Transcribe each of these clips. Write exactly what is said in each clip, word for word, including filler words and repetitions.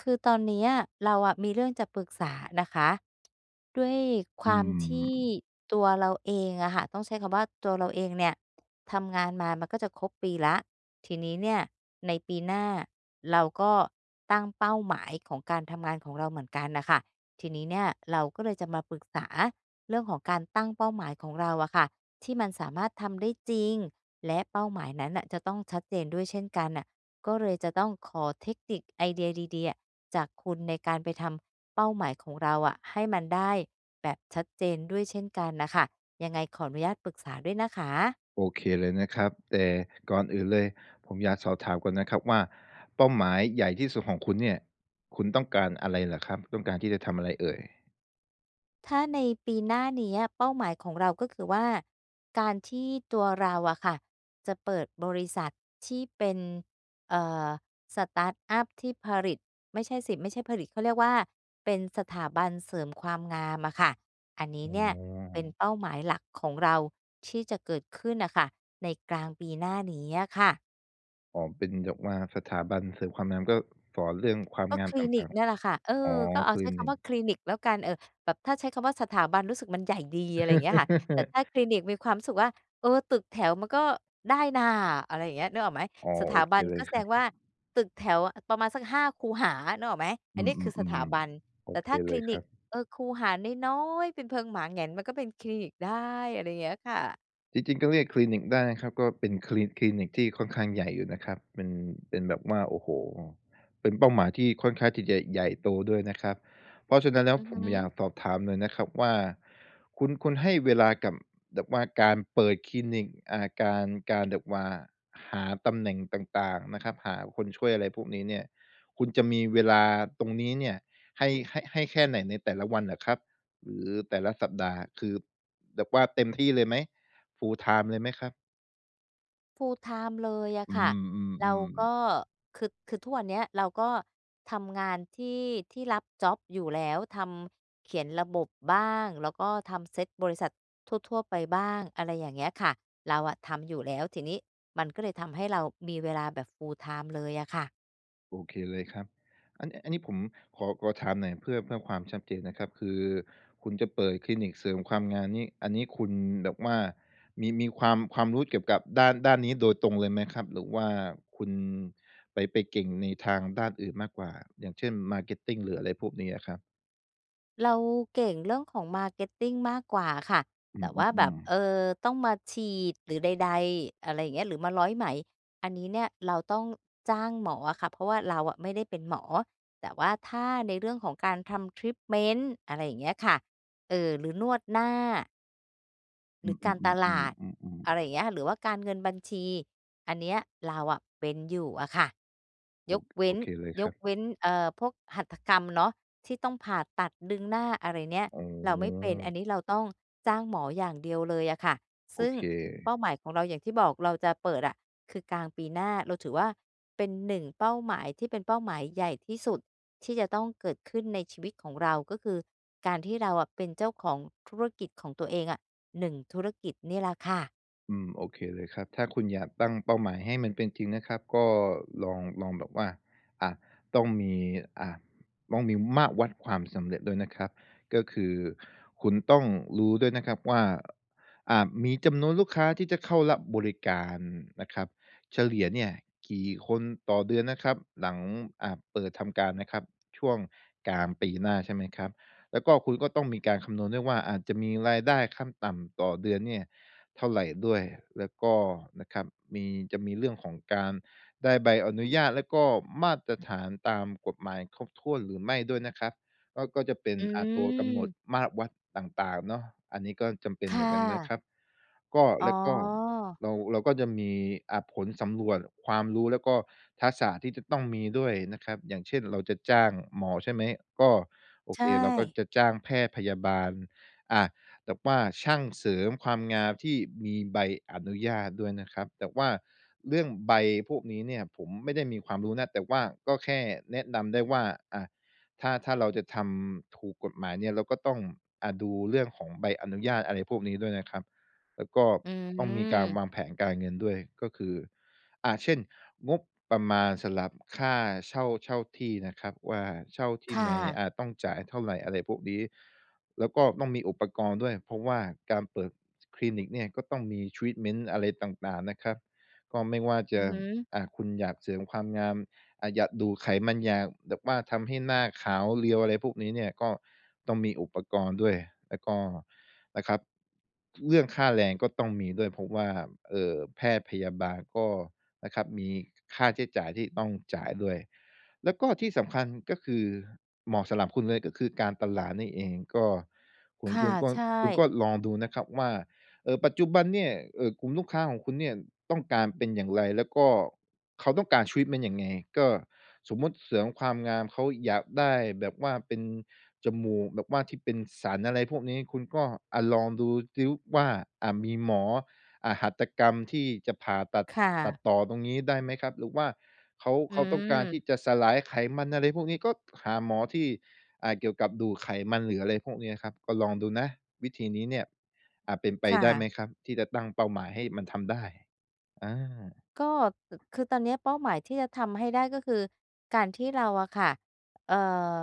คือตอนเนี้ยเราอะมีเรื่องจะปรึกษานะคะด้วยคอืวามมที่ตัวเราเองอะค่ะต้องใช้คำว่าตัวเราเองเนี่ยทำงานมามันก็จะครบปีละทีนี้เนี่ยในปีหน้าเราก็ตั้งเป้าหมายของการทำงานของเราเหมือนกันนะคะทีนี้เนี่ยเราก็เลยจะมาปรึกษาเรื่องของการตั้งเป้าหมายของเราอะค่ะที่มันสามารถทำได้จริงและเป้าหมายนั้นน่ะจะต้องชัดเจนด้วยเช่นกันน่ะ ก็เลยจะต้องขอเทคนิคไอเดียดีๆอะจากคุณในการไปทำเป้าหมายของเราอะให้มันได้แบบชัดเจนด้วยเช่นกันนะคะยังไงขออนุญาตปรึกษาด้วยนะคะ โอเคเลยนะครับแต่ก่อนอื่นเลยผมอยากสอบถามก่อนนะครับว่าเป้าหมายใหญ่ที่สุดของคุณเนี่ยคุณต้องการอะไรเหรอครับต้องการที่จะทำอะไรเอ่ยถ้าในปีหน้านี้อะเป้าหมายของเราก็คือว่าการที่ตัวเราอะค่ะจะเปิดบริษัทที่เป็นเอ่อสตาร์ตอัปที่ผลิตไม่ใช่สิไม่ใช่ผลิตเขาเรียกว่าเป็นสถาบันเสริมความงามอะค่ะอันนี้อ๋เนี่ยเป็อนเป้าหมายหลักของเราที่จะเกิดขึ้นน่ะค่ะในกลางปีหน้านี้อะค่ะ อ๋อเป็นแบบว่าสถาบันเสริมความงามก็สอนเรื่องความก็งาคมลินิกต่างเนี่ยแหละค่ะเออๆอ๋อก็คเอาลิใช้นิคำก ว่าคลินิกแล้วกันเออแบบถ้าใช้คำว่าสถาบันรู้สึกมันใหญ่ดีอะไรอย่างเงี้ยค่ะแต่ถ้า คลินิกมีความรู้สึกว่าเออตึกแถวมันก็ได้น่าอะไรอย่างเงี้ยนึกออกไหมอ๋อสโอถาเคบันเลก็ยแสคดรังบว่าตึกแถวประมาณสักห้าคูหานึกออกไหมอัอืนนี้คือสถามบันๆๆโอแต่เคถ้าคเลลิยคนิกรับ เออคูหาน้อยๆเป็นเพิงหมาแหง่นมันก็เป็นคลินิกได้อะไรอย่างเงี้ยค่ะจริงๆก็เรียกคลินิกได้นะครับก็เป็นคลิคลินิกที่ค่อนข้างใหญ่อยู่นะครับเป็นเป็นแบบว่าโอ้โฮเป็นเป้าหมายที่ค่อนข้างที่จะใหญ่โตด้วยนะครับเพราะฉะนั้นแล้วอือผฮึ มอยากสอบถามหน่อยนะครับว่าคุณคุณให้เวลากับแบบว่าการเปิดคลินิกอ่าการการแบบว่าหาตำแหน่งต่างๆนะครับหาคนช่วยอะไรพวกนี้เนี่ยคุณจะมีเวลาตรงนี้เนี่ยให้ให้ให้แค่ไหนในแต่ละวันเหรอครับหรือแต่ละสัปดาห์คือแบบว่าเต็มที่เลยไหม full time เลยไหมครับ full time เลยอะอืค่ะ เรามก็ๆๆคือคือทุกวันเนี้ยเราก็ทำงานที่ที่รับจ็อบอยู่แล้วทำเขียนระบบบ้างแล้วก็ทำเซตบริษัททั่วๆไปบ้างอะไรอย่างเงี้ยค่ะเราอะทำอยู่แล้วทีนี้มันก็เลยทำให้เรามีเวลาแบบ full time เลยอะค่ะ โอเคเลยครับอันอันนี้ผมขอขอถามหน่อยเพื่อเพื่อความชัดเจนนะครับคือคุณจะเปิดคลินิกเสริมความงามนี่อันนี้คุณแบบว่ามีมีความความรู้เกี่ยวกับด้านด้านนี้โดยตรงเลยไหมครับหรือว่าคุณไปไปเก่งในทางด้านอื่นมากกว่าอย่างเช่น marketing หรืออะไรพวกนี้อะครับเราเก่งเรื่องของ มาร์เก็ตติ้ง มากกว่าค่ะ อืแต่ว่าแบมบเอๆๆอต้องมาฉีดหรือใดๆอะไรอย่างเงี้ยหรือมาร้อยไหมอันนี้เนี่ยเราต้องจ้างหมออะค่ะเพราะว่าเราอะไม่ได้เป็นหมอแต่ว่าถ้าในเรื่องของการทำ ทรีตเมนต์ อะไรอย่างเงี้ยค่ะเออหรือนวดหน้า หอืรือการตลามๆดๆๆๆๆอะไรอย่างเงี้ยหรือว่าการเงินบัญชีอันเนี้ยเราอะเป็นอยู่อะค่ะโอยกเว้โอนเคเลยยครักบเว้นเอ่อพวกหัตถกรรมเนาะที่ต้องผ่าตัดดึงหน้าอะไรเนี่ยอ๋เราไม่เป็อนอันนี้เราต้องจ้างหมออย่างเดียวเลยอะค่ะโอซึ่งเค เป้าหมายของเราอย่างที่บอกเราจะเปิดอะคือกลางปีหน้าเราถือว่าเป็นหนึ่งเป้าหมายที่เป็นเป้าหมายใหญ่ที่สุดที่จะต้องเกิดขึ้นในชีวิตของเราก็คือการที่เราอะเป็นเจ้าของธุรกิจของตัวเองอะ หนึ่งธุรกิจนี่แหละค่ะ อืมโอเคเลยครับถ้าคุณอยากตั้งเป้าหมายให้มันเป็นจริงนะครับก็ลองลองแบบว่าอ่าต้องมีอ่าต้องมีมาตรวัดความสำเร็จด้วยนะครับก็คือคุณต้องรู้ด้วยนะครับว่าอ่ามีจำนวนลูกค้าที่จะเข้ารับบริการนะครับเฉลี่ยเนี่ยกี่คนต่อเดือนนะครับหลังอ่าเปิดทำการนะครับช่วงกลางปีหน้าใช่ไหมครับแล้วก็คุณก็ต้องมีการคำนวณด้วยว่าอาจจะมีรายได้ขั้นต่ำต่อเดือนเนี่ย เท่าไหรด้วยแล้วก็นะครับมีจะมีเรื่องของการได้ใบอนุญาตแล้วก็มาตรฐานตามกฎหมายครบถ้วนหรือไม่ด้วยนะครับก็ก็จะเป็นอือ่าตัวกำหนดม มาตรวัดต่างๆเนาะอันนี้ก็จำเป็นเหมือค่ะ นกันนะครับก็อ๋อ แล้วก็เราเราก็จะมีอ่าผลสำรวจความรู้แล้วก็ทักษะที่จะต้องมีด้วยนะครับอย่างเช่นเราจะจ้างหมอใช่ไหมก็โอเคใช่ เราก็จะจ้างแพทย์พยาบาลอ่า แต่ว่าช่างเสริมความงามที่มีใบอนุญาตด้วยนะครับแต่ว่าเรื่องใบพวกนี้เนี่ยผมไม่ได้มีความรู้นะแต่ว่าก็แค่แนะนำได้ว่าอะถ้าถ้าเราจะทำถูกกฎหมายเนี่ยเราก็ต้องอ่าดูเรื่องของใบอนุญาตอะไรพวกนี้ด้วยนะครับแล้วก็อืต้องมีการวางม แผนการเงินด้วยก็คืออ่าเช่นงบประมาณสำหรับค่าเช่าเช่าที่นะครับว่าเช่าที่ไหค่ะ นอ่าต้องจ่ายเท่าไรอะไรพวกนี้ แล้วก็ต้องมีอุปกรณ์ด้วยเพราะว่าการเปิดคลินิกเนี่ยก็ต้องมีทรีตเมนต์อะไรต่างๆนะครับก็ไม่ว่าอืจะอฮึอ่าคุณอยากเสริมความงามอ่าอยากดูดไขมันอยากแบบว่าทำให้หน้าขาวเรียวอะไรพวกนี้เนี่ยก็ต้องมีอุปกรณ์ด้วยแล้วก็นะครับเรื่องค่าแรงก็ต้องมีด้วยเพราะว่าเออแพทย์พยาบาลก็นะครับมีค่าใช้จ่ายที่ต้องจ่ายด้วย แล้วก็ที่สำคัญก็คือเหมาะสำหรับคุณเลยก็คือการตลาดนี่เองก็คุณคุค่ะ ณก็ใช่ คุณก็ลองดูนะครับว่าเอ่อปัจจุบันเนี่ยเอ่อกลุ่มลูกค้าของคุณเนี่ยต้องการเป็นอย่างไรแล้วก็เขาต้องการ treat มันยังไงก็สมมุติเสริมความงามเขาอยากได้แบบว่าเป็นจมูกแบบว่าที่เป็นสันอะไรพวกนี้คุณก็อะลองดูซิว่าอ่ามีหมอ อ่าหัตถกรรมที่จะผ่าตัดค่ะ ตัดต่อตรงนี้ได้ไหมครับหรือว่าเขาอืเขาต้องม การที่จะสลายไขมันอะไรพวกนี้ก็หาหมอที่อ่าเกี่ยวกับดูดไขมันหรืออะไรพวกนี้ครับก็ลองดูนะวิธีนี้เนี่ยอ่าเป็นไปค่ะ ได้ไหมครับที่จะตั้งเป้าหมายให้มันทำได้อาก็คคือตอนเนี้ยเป้าหมายที่จะทำให้ได้ก็คือการที่เราอะค่ะเอ่อ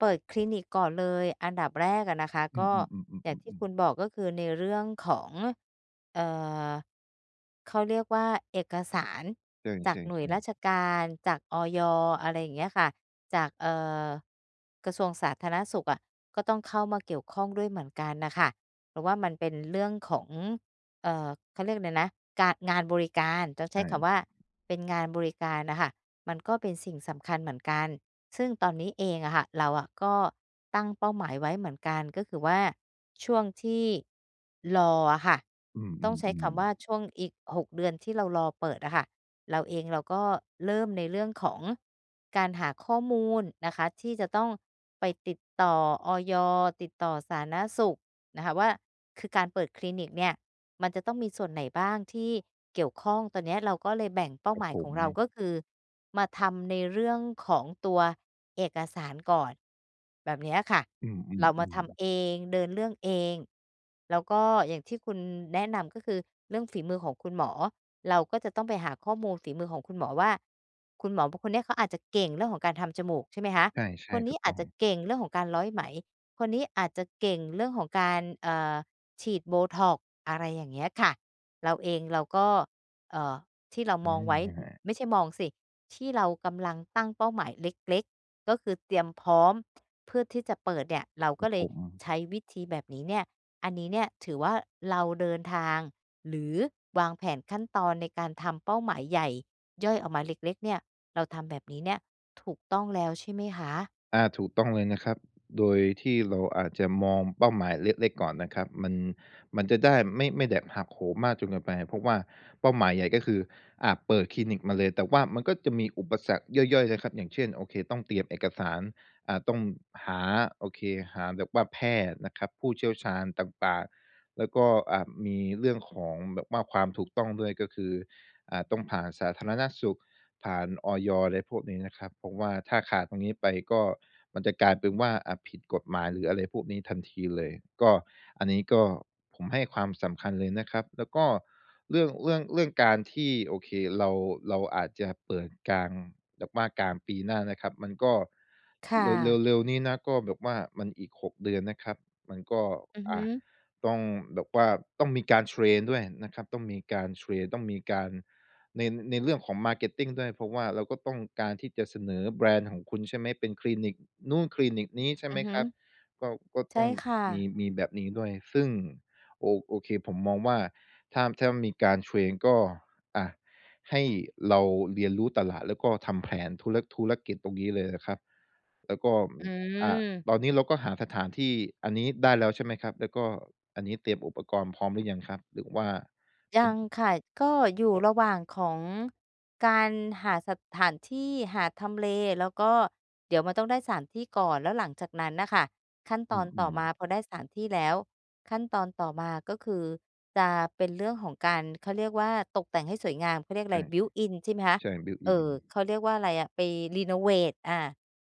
เปิดคลินิกก่อนเลยอันดับแรกอะนะคะอืมก็ๆอย่างที่ๆคุๆๆณบๆอกก็คือในเรื่องของเอ่อเขาเรียกว่าเอกสารจากใช่หน่วยราชๆการจากอยอะไรอย่างเงี้ยค่ะจากเอ่อกระทรวงสาธารณสุขอะก็ต้องเข้ามาเกี่ยวข้องด้วยเหมือนกันน่ะค่ะเพราะว่ามันเป็นเรื่องของ เอ่อเขาเรียกเลยรนะการงานบริการต้องๆใช้ใช่คำว่าเป็นงานบริการน่ะค่ะมันก็เป็นสิ่งสำคัญเหมือนกันซึ่งตอนนี้เองอะค่ะเราอะก็ตั้งเป้าหมายไว้เหมือนกันก็คือว่าช่วงที่รออะค่ะอืต้องใช้มๆคำว่าๆช่วงอีกหกเดือนที่เรารอเปิดอะค่ะเราเองเราก็เริ่มในเรื่องของการหาข้อมูลนะคะที่จะต้องไปติดต่ออยติดต่อสาธารณสุขนะคะว่าคือการเปิดคลินิกเนี่ย มันจะต้องมีส่วนไหนบ้างที่เกี่ยวข้อง ตอนเนี้ยเราก็เลยแบ่งเป้าครัหบมายผขอมงเราก็คือมาทำในเรื่องของตัวเอกสารก่อนแบบเนี้ยค่ะ อืเรามามๆๆทำเองเดินเรื่องเอง แล้วก็อย่างที่คุณแนะนำก็คือเรื่องฝีมือของคุณหมอเราก็จะต้องไปหาข้อมูลฝีมือของคุณหมอว่าคุณหมอคนเนี้ยเขาอาจจะเก่งเรื่องของการทำจมูกใช่ไหมคะใคช่นๆถูนี้กอาต้จองจะเก่งเรื่องของการร้อยไหมคนนี้อาจจะเก่งเรื่องของการเอ่อ ฉีด โบท็อกซ์ อกซ์อะไรอย่างเงี้ยค่ะเราเองเราก็เอ่อที่เรามอองไว้อาไม่ใช่มองสิที่เรากำลังตั้งเป้าหมายเล็กๆก็คือเตรียมพร้อมเพื่อที่จะเปิดเนี่ยเราคก็รับเลผยม ใช้วิธีแบบนี้เนี่ยอันนี้เนี่ยถือว่าเราเดินทางหรือวางแผนขั้นตอนในการทำเป้าหมายใหญ่ย่อยออกมาเล็กๆเนี่ยเราทำแบบนี้เนี่ยถูกต้องแล้วใช่ไหมคะอาถูกต้องเลยนะครับโดยที่เราอาจจะมองเป้าหมายเล็กๆก่อนนะครับมันมันจะได้ไม่ไม่แบบหักโหมมากจนเกินไปเพราะว่าเป้าหมายใหญ่ก็คืออ่าเปิดคลินิกมาเลยแต่ว่ามันก็จะมีอุปสรรคย่อยๆนะครับอย่างเช่นโอเคต้องเตรียมเอกสารอ่าต้องหาโอเคหาแบบว่าแพทย์นะครับผู้เชี่ยวชาญต่างๆแล้วก็อ่ามีเรื่องของแบบว่าความถูกต้องด้วยก็คืออ่าต้องผ่านสาธารณสุข ผ่านอยอะไรพวกนี้นะครับเพราะว่าถ้าขาดตรงนี้ไปก็มันจะกลายเป็นว่าอ่าผิดกฎหมายหรืออะไรพวกนี้ทันทีเลยก็อันนี้ก็ผมให้ความสำคัญเลยนะครับแล้วก็เรื่องเรื่องเรื่องการที่โอเคเราเราอาจจะเปิดกลางแบบว่ากลางปีหน้านะครับมันก็ค่เร็วเร็วะเร็วนี้นะก็แบบว่ามันอีกหกเดือนนะครับมันก็อือฮึอ่าต้องแบบว่าต้องมีการเทรนด้วยนะครับต้องมีการเทรนต้องมีการ ในในเรื่องของ marketing ด้วยเพราะว่าเราก็ต้องการที่จะเสนอแบรนด์ของคุณใช่ไหมเป็นคลินิกนู่นคลินิกนี้ใช่อืไหมอฮึครับก็ก็ต้ใช่องค่ะมีมีแบบนี้ด้วยซึ่งโอโอเคผมมองว่าถ้าถ้ามีการเทรนก็อะให้เราเรียนรู้ตลาดแล้วก็ทำแผนธุรธุรกิจตรงนี้เลยนะครับแล้วก็อือ่าตอนม นี้เราก็หาสถานที่อันนี้ได้แล้วใช่ไหมครับแล้วก็อันนี้เตรียมอุปกรณ์พร้อมหรือยังครับหรือว่าเป็ยันงค่ะก็อยู่ระหว่างของการหาสถานที่หาทำเลแล้วก็เดี๋ยวมันต้องได้สถานที่ก่อนแล้วหลังจากนั้นน่ะค่ะขั้นตอือนต่อมมาๆพอได้สถานที่แล้วขั้นตอนต่อมาก็คือจะเป็นเรื่องของการเขาเรียกว่าตกแต่งให้สวยงามเขาเรียกอะไร ใช่ built in ใช่ไหมคะใช่ built เอ่ in อเขาเรียกว่าอะไรอะไปรีโนเวตอา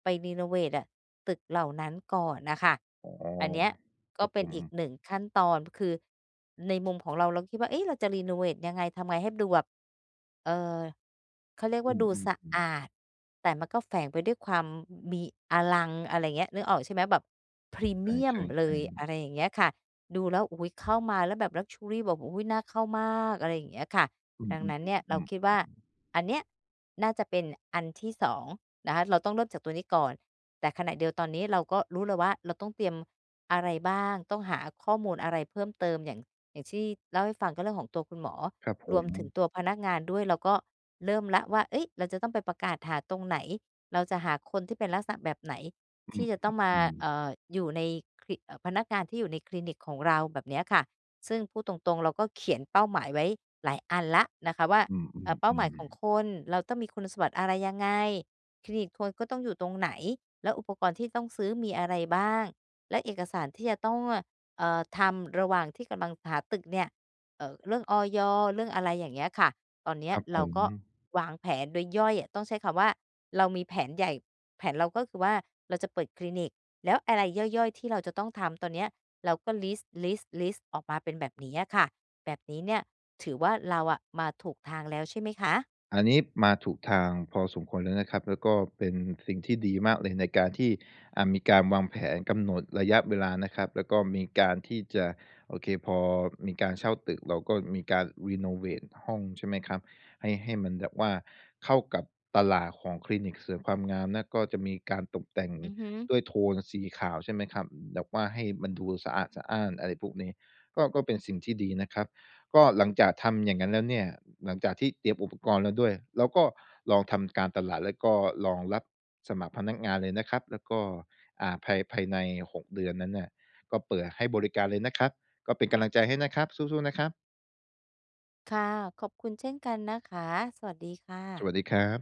ไปรีโนเวตอะตึกเหล่านั้นก่อนน่ะค่ะอ๋อันเนี้ยอคก็รับเป็ผนมอีกหนึ่งขั้นตอนคือในมุมของเราเราคิดว่าเอ๊ะเราจะรีโนเวตยังไงทำไงให้ดูแบบเอ่อเขาเรียกว่าดูอืสะมๆอาดแต่มันก็แฝงไปด้วยความมีอลังอะไรอย่างเงี้ยนึกออกใช่ไหมแบบพรีเมียมเลใช่ยๆอะไรๆอย่างเงี้ยค่ะดูแล้วอุ๊ยเข้ามาแล้วแบบ Luxury แบบอุ๊ยน่าเข้ามากอะไรอย่างเงี้ยค่ะอืดังนั้นเนี่ยเรามคิดๆว่าๆๆอันเนี้ยน่าจะเป็นอันที่สอง นะคะเราต้องเริ่มจากตัวนี้ก่อนแต่ขณะเดียวตอนนี้เราก็รู้แล้วว่าเราต้องเตรียมอะไรบ้างต้องหาข้อมูลอะไรเพิ่มเติมอย่างอย่างที่เล่าให้ฟังก็เรื่องของตัวคุณหมอครับผรวมมถึงตัวพนักงานด้วยเราก็เริ่มแล้วว่าเฮ้ยเราจะต้องไปประกาศหาตรงไหนเราจะหาคนที่เป็นลักษณะแบบไหนอืที่จะต้องมามๆเอ่ๆออยู่ในคลิเอ่อพนักงานที่อยู่ในคลินิกของเราแบบเนี้ยค่ะซึ่งพูดตรงๆเราก็เขียนเป้าหมายไว้หลายอันแล้วนะคะว่าอืเอ่อเป้าหมายมของๆคๆนเราต้องมีคุณสมบัติอะไรยังไง คลินิกควรก็ต้องอยู่ตรงไหนแล้วอุปกรณ์ที่ต้องซื้อมีอะไรบ้างและเอกสารที่จะต้องเอ่อทำระหว่างที่กำลังหาตึกเนี่ยเอ่อเรื่องอยเรื่องอะไรอย่างเงี้ยค่ะตอนเนี้คยรับผเราม ก็วางแผนโดยย่อยอะต้องใช้คำว่าเรามีแผนใหญ่แผนเราก็คือว่าเราจะเปิดคลินิกแล้วอะไรย่อยๆที่เราจะต้องทำตอนเนี้ยเราก็ลิสต์ลิสต์ลิสต์ออกมาเป็นแบบนี้อะค่ะแบบนี้เนี่ยถือว่าเราอะมาถูกทางแล้วใช่ไหมคะอันนี้มาถูกทางพอสมควรแล้วนะครับแล้วก็เป็นสิ่งที่ดีมากเลยในการที่อ่ามีการวางแผนกำหนดระยะเวลานะครับแล้วก็มีการที่จะโอเคพอมีการเช่าตึกเราก็มีการรีโนเวทห้องใช่ไหมครับให้ให้มันแบบว่าเข้ากับตลาดของคลินิกเสริมความงามนะก็จะมีการตกแต่งอือฮึ ด้วยโทนสีขาวใช่ไหมครับแบบว่าให้มันดูสะอาดสะอ้านอะไรพวกนี้ก็ก็เป็นสิ่งที่ดีนะครับ ก็หลังจากทำอย่างนั้นแล้วเนี่ยหลังจากที่เตรียมอุปกรณ์แล้วด้วยเราก็ลองทำการตลาดแล้วก็ลองรับสมัครพนักงานเลยนะครับแล้วก็อ่าภายภายในหกเดือนนั้นน่ะก็เปิดให้บริการเลยนะครับก็เป็นกำลังใจให้นะครับสู้ๆนะครับค่ะ ขอบคุณเช่นกันนะคะ สวัสดีค่ะสวัสดีครับ